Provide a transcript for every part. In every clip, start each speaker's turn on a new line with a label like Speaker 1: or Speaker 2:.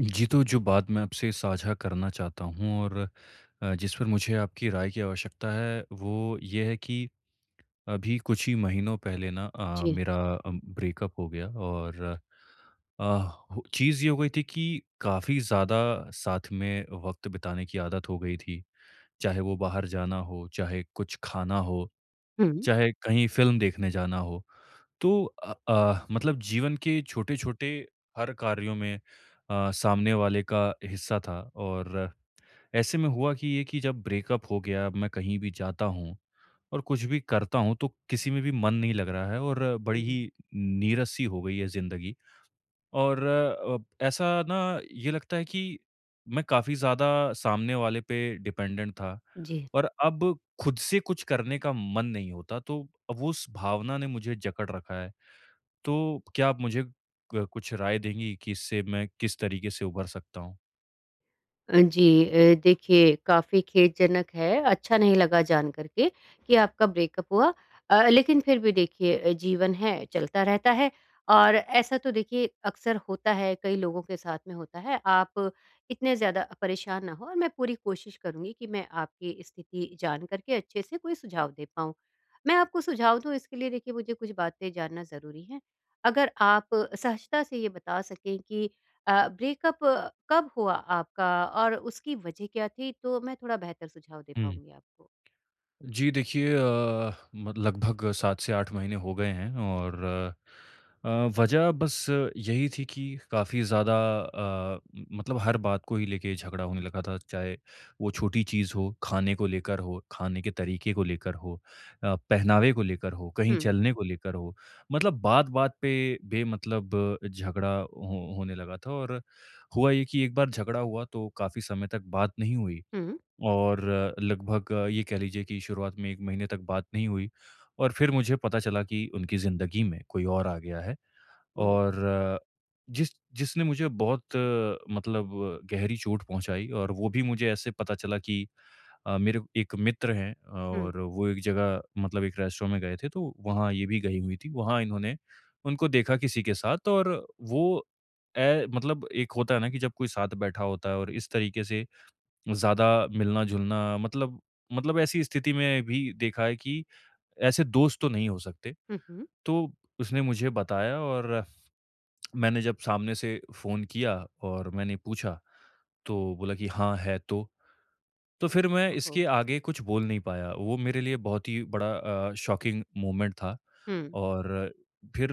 Speaker 1: जी, तो जो बात मैं आपसे साझा करना चाहता हूँ और जिस पर मुझे आपकी राय की आवश्यकता है, वो ये है कि अभी कुछ ही महीनों पहले ना
Speaker 2: जी।
Speaker 1: मेरा ब्रेकअप हो गया और अ, हो चीज़ ये हो गई थी कि काफ़ी ज़्यादा साथ में वक़्त बिताने की आदत हो गई थी। चाहे वो बाहर जाना हो, चाहे कुछ खाना हो,
Speaker 2: हुँ,
Speaker 1: चाहे कहीं फ़िल्म देखने जाना हो। तो मतलब जीवन के छोटे-छोटे हर कार्यों में सामने वाले का हिस्सा था और ऐसे में हुआ कि ये कि जब ब्रेकअप हो गया, अब मैं कहीं भी जाता हूँ और कुछ भी करता हूँ, तो किसी में भी मन नहीं लग रहा है और बड़ी
Speaker 2: हुँ,
Speaker 1: ही नीरस-सी हो गई है ज़िंदगी। और अब ऐसा ना ये लगता है कि मैं काफ़ी ज़्यादा सामने वाले पे डिपेंडेंट था
Speaker 2: जी।
Speaker 1: और अब खुद से कुछ करने का मन नहीं होता, तो अब उस भावना ने मुझे जकड़ रखा है। तो क्या आप मुझे कुछ राय देंगी कि इससे मैं किस तरीके से उभर सकता हूँ?
Speaker 2: जी देखिए काफ़ी खेदजनक है, अच्छा नहीं लगा जान कर के कि आपका ब्रेकअप हुआ। लेकिन फिर भी देखिए जीवन है, चलता रहता है और ऐसा तो देखिए अक्सर होता है, कई लोगों के साथ में होता है। आप इतने ज़्यादा परेशान ना हों और मैं पूरी कोशिश करूँगी कि मैं आपकी स्थिति जान कर के अच्छे से कोई सुझाव दे पाऊँ। मैं आपको सुझाव दूँ इसके लिए देखिए मुझे कुछ बातें जानना ज़रूरी है। अगर आप सहजता से ये बता सकें कि ब्रेकअप कब हुआ आपका और उसकी वजह क्या थी? तो मैं थोड़ा बेहतर सुझाव दे
Speaker 1: हुँ।
Speaker 2: पाऊँगी आपको।
Speaker 1: जी देखिए लगभग 7 से 8 महीने हो गए हैं और अ, वजह बस यही थी कि काफ़ी ज़्यादा मतलब हर बात को ही लेके झगड़ा होने लगा था, चाहे वो छोटी चीज़ हो, खाने को लेकर हो, खाने के तरीके को लेकर हो, पहनावे को लेकर हो, कहीं
Speaker 2: हुँ,
Speaker 1: चलने को लेकर हो, मतलब बात बात पे बेमतलब झगड़ा होने लगा था। और हुआ ये कि एक बार झगड़ा हुआ तो काफ़ी समय तक बात नहीं हुई
Speaker 2: हुँ,
Speaker 1: और लगभग ये कह लीजिए कि शुरुआत में 1 महीने तक बात नहीं हुई और फिर मुझे पता चला कि उनकी ज़िंदगी में कोई और आ गया है
Speaker 2: ओह!
Speaker 1: और जिस जिसने मुझे बहुत मतलब गहरी चोट पहुँचाई। और वो भी मुझे ऐसे पता चला कि मेरे एक मित्र हैं
Speaker 2: हुँ,
Speaker 1: और वो एक जगह मतलब एक रेस्टोरेंट में गए थे, तो वहाँ ये भी गई हुई थी। वहाँ इन्होंने उनको देखा किसी के साथ और वो ए मतलब एक होता है ना कि जब कोई साथ बैठा होता है और इस तरीके से ज़्यादा मिलना-जुलना मतलब ऐसी स्थिति में भी देखा है कि ऐसे दोस्त तो नहीं हो सकते।
Speaker 2: हुँ, हुँ।
Speaker 1: तो उसने मुझे बताया और मैंने जब सामने से फ़ोन किया और मैंने पूछा, तो बोला कि हाँ, है तो। तो फिर मैं
Speaker 2: ओहो!
Speaker 1: इसके आगे कुछ बोल नहीं पाया। वो मेरे लिए बहुत ही बड़ा शॉकिंग मोमेंट था
Speaker 2: हुँ,
Speaker 1: और फिर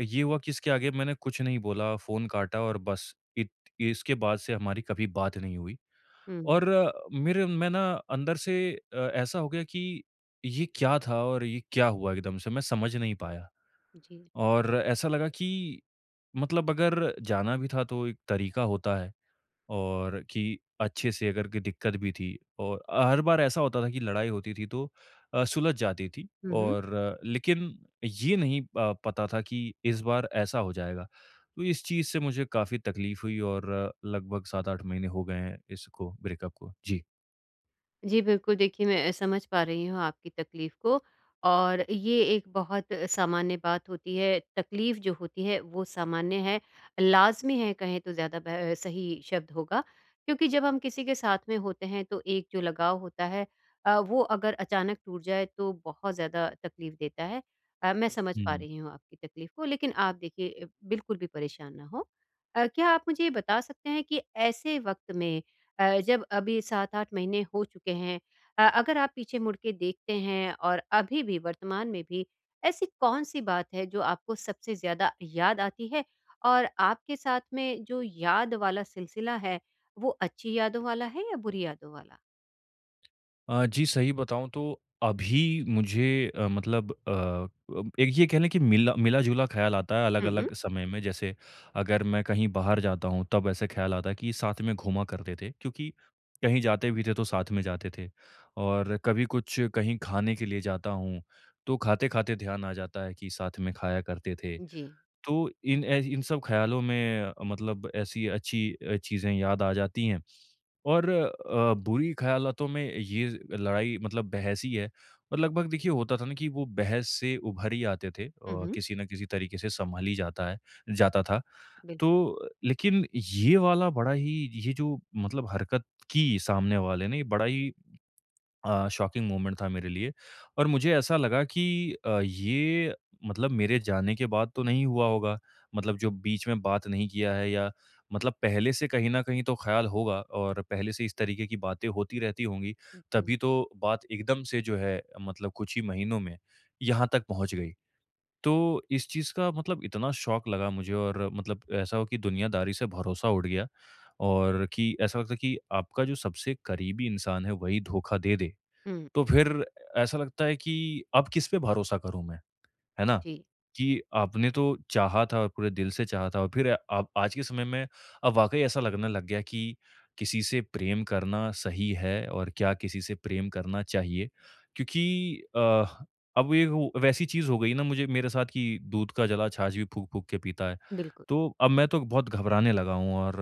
Speaker 1: ये हुआ कि इसके आगे मैंने कुछ नहीं बोला, फ़ोन काटा और बस इत इसके बाद से हमारी कभी बात नहीं हुई।
Speaker 2: हुँ,
Speaker 1: और अ, मेरे मैं ना अंदर से ऐसा हो गया कि ये क्या था और ये क्या हुआ, एकदम से मैं समझ नहीं पाया।
Speaker 2: जी।
Speaker 1: और ऐसा लगा कि मतलब अगर जाना भी था तो एक तरीका होता है, और कि अच्छे से, अगर कोई दिक्कत भी थी और हर बार ऐसा होता था कि लड़ाई होती थी तो सुलझ जाती थी
Speaker 2: हुँ, हुँ।
Speaker 1: और लेकिन ये नहीं पता था कि इस बार ऐसा हो जाएगा। तो इस चीज़ से मुझे काफ़ी तकलीफ़ हुई और लगभग 7-8 महीने हो गए हैं इसको, ब्रेकअप को। जी।
Speaker 2: जी, बिल्कुल देखिए मैं समझ पा रही हूँ आपकी तकलीफ़ को और ये एक बहुत सामान्य बात होती है, तकलीफ़ जो होती है वो सामान्य है, लाज़मी है कहें तो ज़्यादा ब सही शब्द होगा। क्योंकि जब हम किसी के साथ में होते हैं तो एक जो लगाव होता है वो अगर अचानक टूट जाए तो बहुत ज़्यादा तकलीफ़ देता है। मैं समझ पा
Speaker 1: हुँ।
Speaker 2: रही हूँ आपकी तकलीफ़ को लेकिन आप देखिए बिल्कुल भी परेशान ना हों। क्या आप मुझे ये बता सकते हैं कि ऐसे वक़्त में जब अभी 7-8 महीने हो चुके हैं अगर आप पीछे मुड़ के देखते हैं और अभी भी वर्तमान में भी ऐसी कौन-सी बात है जो आपको सबसे ज़्यादा याद आती है? और आपके साथ में जो याद वाला सिलसिला है, वो अच्छी यादों वाला है या बुरी यादों वाला?
Speaker 1: जी, सही बताऊँ तो अभी मुझे मतलब अब एक ये कह लें कि मिला-जुला ख़्याल आता है
Speaker 2: हुँ,
Speaker 1: अलग-अलग समय में। जैसे अगर मैं कहीं बाहर जाता हूँ, तब ऐसे ख़्याल आता है कि साथ में घूमा करते थे, क्योंकि कहीं जाते भी थे तो साथ में जाते थे। और कभी कुछ कहीं खाने के लिए जाता हूँ, तो खाते-खाते ध्यान आ जाता है कि साथ में खाया करते थे।
Speaker 2: जी।
Speaker 1: तो इन सब ख़्यालों में मतलब ऐसी अच्छी चीज़ें याद आ जाती हैं और बुरी ख़्यालातों में ये लड़ाई मतलब बहस ही है और लगभग देखिए होता था ना कि वो बहस से उभर ही आते थे
Speaker 2: हुँ,
Speaker 1: और
Speaker 2: हुँ,
Speaker 1: किसी न किसी तरीके से सँभल ही जाता था। तो
Speaker 2: बिल्कुल,
Speaker 1: लेकिन ये वाला बड़ा ही ये जो मतलब हरकत की सामने वाले ने, ये बड़ा ही शॉकिंग मोमेंट था मेरे लिए। और मुझे ऐसा लगा कि अ, ये मतलब मेरे जाने के बाद तो नहीं हुआ होगा, मतलब जो बीच में बात नहीं किया है, या मतलब पहले से कहीं न कहीं तो ख़्याल होगा और पहले से इस तरीके की बातें होती रहती होंगी,
Speaker 2: जी।
Speaker 1: तभी तो बात एकदम से जो है मतलब कुछ ही महीनों में यहाँ तक पहुँच गई। तो इस चीज़ का मतलब इतना शॉक लगा मुझे, और मतलब ऐसा हो कि दुनियादारी से भरोसा उड़ गया, और कि ऐसा लगता है कि आपका जो सबसे करीबी इंसान है, वही धोखा दे दे।
Speaker 2: हुँ,
Speaker 1: तो फिर ऐसा लगता है कि अब किस पे भरोसा करूँ मैं? है ना?
Speaker 2: जी,
Speaker 1: कि आपने तो चाहा था और पूरे दिल से चाहा था और फिर आप आज के समय में अब वाक़ई ऐसा लगने लग गया कि किसी से प्रेम करना सही है और क्या किसी से प्रेम करना चाहिए? क्योंकि अ, अब ये वो वैसी चीज़ हो गई ना मुझे मेरे साथ कि दूध का जला छाछ भी फूँक-फूँक के पीता है।
Speaker 2: बिल्कुल।
Speaker 1: तो अब मैं तो बहुत घबराने लगा हूँ और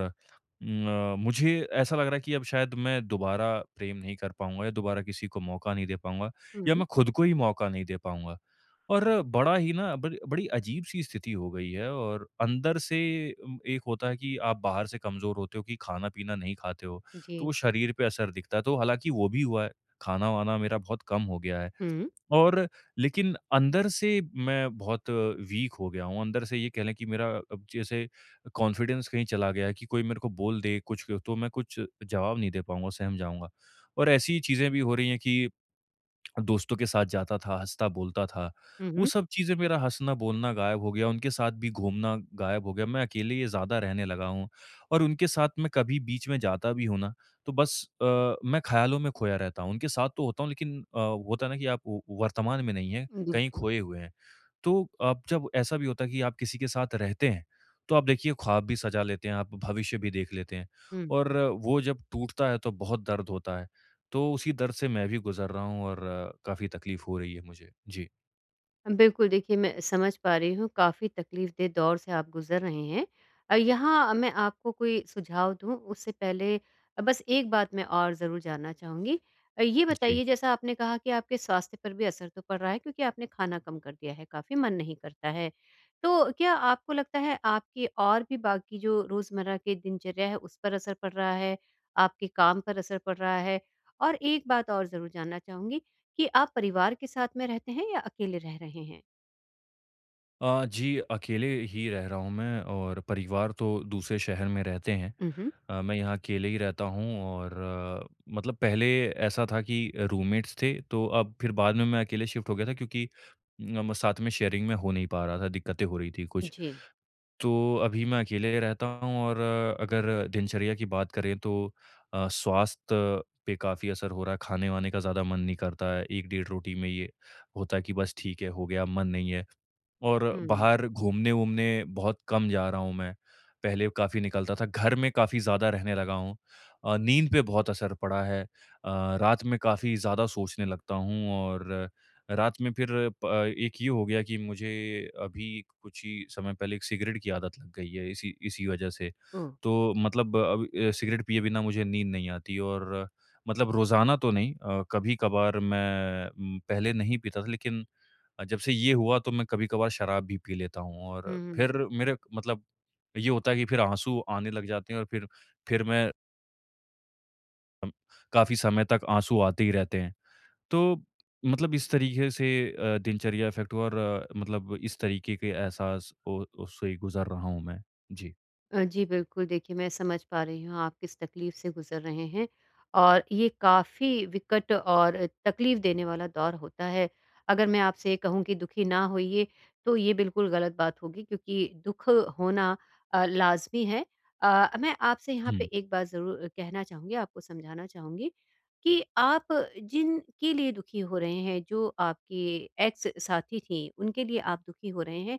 Speaker 1: उम, मुझे ऐसा लग रहा है कि अब शायद मैं दोबारा प्रेम नहीं कर पाऊँगा या दोबारा किसी को मौका नहीं दे पाऊँगा या
Speaker 2: हुँ,
Speaker 1: मैं खुद को ही मौका नहीं दे पाऊँगा। और बड़ा ही ना बड़ी बड़ी अजीब-सी स्थिति हो गई है और अंदर से, एक होता है कि आप बाहर से कमज़ोर होते हो कि खाना-पीना नहीं खाते हो,
Speaker 2: जी।
Speaker 1: तो वो शरीर पे असर दिखता है। तो हालाँकि वो भी हुआ है, खाना-वाना मेरा बहुत कम हो गया है
Speaker 2: हुँ,
Speaker 1: और लेकिन अंदर से मैं बहुत वीक हो गया हूँ। अंदर से ये कह लें कि मेरा अब जैसे कॉन्फिडेंस कहीं चला गया है कि कोई मेरे को बोल दे कुछ तो मैं कुछ जवाब नहीं दे पाऊँगा, सहम जाऊँगा। और ऐसी चीज़ें भी हो रही हैं कि दोस्तों के साथ जाता था, हँसता बोलता था। वो
Speaker 2: हुँ,
Speaker 1: सब चीज़ें, मेरा हँसना-बोलना गायब हो गया, उनके साथ भी घूमना गायब हो गया। मैं अकेले ही ज़्यादा रहने लगा हूँ और उनके साथ मैं कभी बीच में जाता भी हूँ ना, तो बस मैं ख़्यालों में खोया रहता हूँ। उनके साथ तो होता हूँ लेकिन होता है ना कि आप व वर्तमान में नहीं हैं, कहीं
Speaker 2: बिल्कुल।
Speaker 1: खोए हुए हैं। तो अब जब ऐसा भी होता है कि आप किसी के साथ रहते हैं, तो आप देखिए ख्वाब भी सजा लेते हैं, आप भविष्य भी देख लेते हैं
Speaker 2: हुँ।
Speaker 1: और वो जब टूटता है तो बहुत दर्द होता है। तो उसी दर्द से मैं भी गुज़र रहा हूँ और काफ़ी तकलीफ़ हो रही है मुझे। जी।
Speaker 2: बिल्कुल, देखिए मैं समझ पा रही हूँ, काफ़ी तकलीफ़देह दौर से आप गुज़र रहे हैं। यहाँ मैं आपको कोई सुझाव दूँ उससे पहले बस एक बात मैं और ज़रूर जानना चाहूँगी। ये
Speaker 1: जी।
Speaker 2: बताइए जैसा आपने कहा कि आपके स्वास्थ्य पर भी असर तो पड़ रहा है क्योंकि आपने खाना कम कर दिया है, काफ़ी मन नहीं करता है। तो क्या आपको लगता है आपकी और भी बाकी जो रोज़मर्रा की दिनचर्या है उस पर असर पड़ रहा है? आपके काम पर असर पड़ रहा है? और एक बात और ज़रूर जानना चाहूँगी कि आप परिवार के साथ में रहते हैं या अकेले रह रहे हैं?
Speaker 1: जी, अकेले ही रह रहा हूँ मैं और परिवार तो दूसरे शहर में रहते हैं।
Speaker 2: उहुँ।
Speaker 1: मैं यहाँ अकेले ही रहता हूँ और मतलब पहले ऐसा था कि रूममेट्स थे, तो अब फिर बाद में मैं अकेले शिफ्ट हो गया था, क्योंकि साथ में शेयरिंग में हो नहीं पा रहा था, दिक्कतें हो रही थी कुछ।
Speaker 2: जी।
Speaker 1: तो अभी मैं अकेले रहता हूँ और अगर दिनचर्या की बात करें तो स्वास्थ्य पे काफ़ी असर हो रहा है, खाने-वाने का ज़्यादा मन नहीं करता है, 1 डेढ़ रोटी में ये होता है कि बस ठीक है, हो गया, मन नहीं है। और
Speaker 2: हुँ।
Speaker 1: बाहर घूमने-वूमने बहुत कम जा रहा हूँ मैं। पहले काफ़ी निकलता था, घर में काफ़ी ज़्यादा रहने लगा हूँ। नींद पे बहुत असर पड़ा है। रात में काफ़ी ज़्यादा सोचने लगता हूँ और रात में फिर एक ये हो गया कि मुझे अभी कुछ ही समय पहले एक सिगरेट की आदत लग गई है इसी इसी वजह से।
Speaker 2: ओह!
Speaker 1: तो मतलब अब सिगरेट पिए बिना मुझे नींद नहीं आती और मतलब रोज़ाना तो नहीं, कभी-कभार मैं, पहले नहीं पीता था लेकिन जब से ये हुआ तो मैं कभी-कभार शराब भी पी लेता हूँ
Speaker 2: हुँ,
Speaker 1: और
Speaker 2: हुँ।
Speaker 1: फिर मेरे मतलब ये होता है कि फिर आँसू आने लग जाते हैं और फिर मैं, अम, काफ़ी समय तक आँसू आते ही रहते हैं। तो मतलब इस तरीके से दिनचर्या इफ़ेक्ट हुआ और मतलब इस तरीके के एहसास, ओ उससे गुज़र रहा हूँ मैं। जी।
Speaker 2: जी, बिल्कुल, देखिए मैं समझ पा रही हूँ आप किस तकलीफ़ से गुज़र रहे हैं और ये काफ़ी विकट और तकलीफ़ देने वाला दौर होता है। अगर मैं आपसे ये कहूँ कि दुखी ना होइए, तो ये बिल्कुल गलत बात होगी क्योंकि दुःख होना लाज़मी है। मैं आपसे यहाँ पे
Speaker 1: हुँ,
Speaker 2: एक बात ज़रूर कहना चाहूँगी, आपको समझाना चाहूँगी कि आप जिनके लिए दुखी हो रहे हैं, जो आपकी एक्स साथी थीं, उनके लिए आप दुखी हो रहे हैं।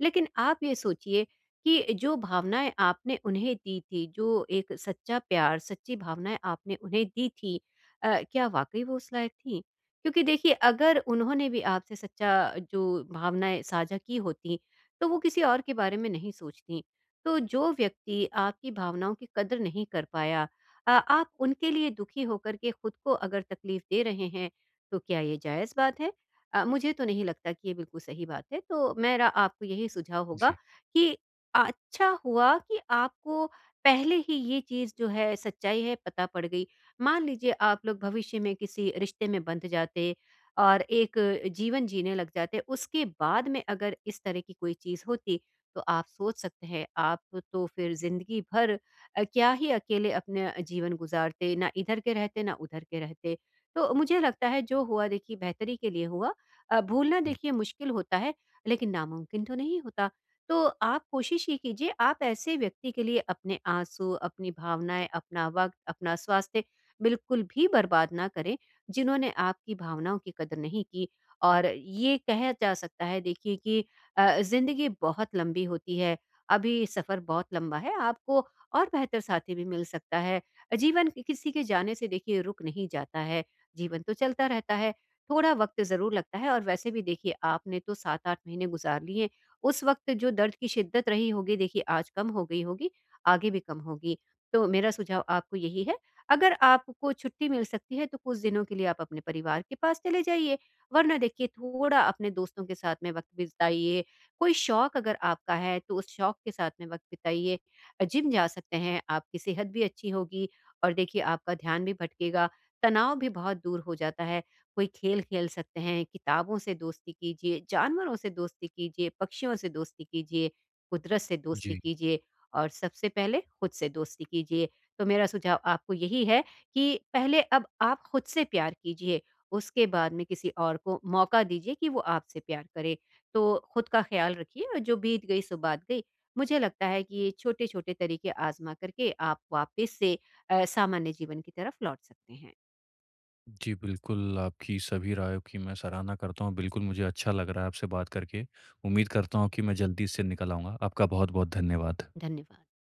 Speaker 2: लेकिन आप ये सोचिए कि जो भावनाएँ आपने उन्हें दी थी, जो एक सच्चा प्यार, सच्ची भावनाएँ आपने उन्हें दी थी क्या वाक़ई वो उस लायक थीं? क्योंकि देखिए अगर उन्होंने भी आपसे सच्चा जो भावनाएँ साझा की होतीं, तो वो किसी और के बारे में नहीं सोचतीं। तो जो व्यक्ति आपकी भावनाओं की कदर नहीं कर पाया आप उनके लिए दुखी होकर के खुद को अगर तकलीफ़ दे रहे हैं, तो क्या ये जायज़ बात है? मुझे तो नहीं लगता कि ये बिल्कुल सही बात है। तो मेरा आपको यही सुझाव होगा
Speaker 1: जी,
Speaker 2: कि अच्छा हुआ कि आपको पहले ही ये चीज़ जो है सच्चाई है पता पड़ गई। मान लीजिए आप लोग भविष्य में किसी रिश्ते में बंध जाते और एक जीवन जीने लग जाते, उसके बाद में अगर इस तरह की कोई चीज़ होती तो आप सोच सकते हैं आप तो फिर ज़िंदगी भर क्या ही अकेले अपना जीवन गुज़ारते, ना इधर के रहते, ना उधर के रहते। तो मुझे लगता है जो हुआ देखिए बेहतरी के लिए हुआ। भूलना
Speaker 1: हुँ,
Speaker 2: देखिए मुश्किल होता है लेकिन नामुमकिन तो नहीं होता। तो आप कोशिश ये कीजिए आप ऐसे व्यक्ति के लिए अपने आंसू, अपनी भावनाएँ, अपना वक़्त, अपना स्वास्थ्य बिल्कुल भी बर्बाद ना करें, जिन्होंने आपकी भावनाओं की कदर नहीं की। और ये कहा जा सकता है देखिए कि ज़िंदगी बहुत लंबी होती है, अभी सफ़र बहुत लंबा है, आपको और बेहतर साथी भी मिल सकता है। किसी के जाने से देखिए रुक नहीं जाता है, जीवन तो चलता रहता है। थोड़ा वक़्त ज़रूर लगता है और वैसे भी देखिए आपने तो 7-8 महीने गुज़ार लिए, उस वक़्त जो दर्द की शिद्दत रही होगी देखिए आज कम हो गई होगी, आगे भी कम होगी। तो मेरा सुझाव आपको यही है, अगर आपको छुट्टी मिल सकती है तो कुछ दिनों के लिए आप अपने परिवार के पास चले जाइए, वरना देखिए थोड़ा अपने दोस्तों के साथ में वक़्त बिताइए, कोई शौक अगर आपका है तो उस शौक के साथ में वक़्त बिताइए। जिम जा सकते हैं, आपकी सेहत भी अच्छी होगी और देखिए आपका ध्यान भी भटकेगा, तनाव भी बहुत दूर हो जाता है। कोई खेल खेल सकते हैं, किताबों से दोस्ती कीजिए, जानवरों से दोस्ती कीजिए, पक्षियों से दोस्ती कीजिए, कुदरत से दोस्ती
Speaker 1: जी।
Speaker 2: कीजिए और सबसे पहले खुद से दोस्ती कीजिए। तो मेरा सुझाव आपको यही है कि पहले अब आप खुद से प्यार कीजिए, उसके बाद में किसी और को मौका दीजिए कि वो आपसे प्यार करे। तो खुद का ख़्याल रखिए और जो बीत गई सो बात गई। मुझे लगता है कि ये छोटे-छोटे तरीके आज़मा करके आप वापस से सामान्य जीवन की तरफ लौट सकते हैं।
Speaker 1: जी, बिल्कुल आपकी सभी रायों की मैं सराहना करता हूँ। बिल्कुल मुझे अच्छा लग रहा है आपसे बात करके। उम्मीद करता हूँ कि मैं जल्दी इससे निकल आऊँगा। आपका बहुत-बहुत धन्यवाद।
Speaker 2: धन्यवाद।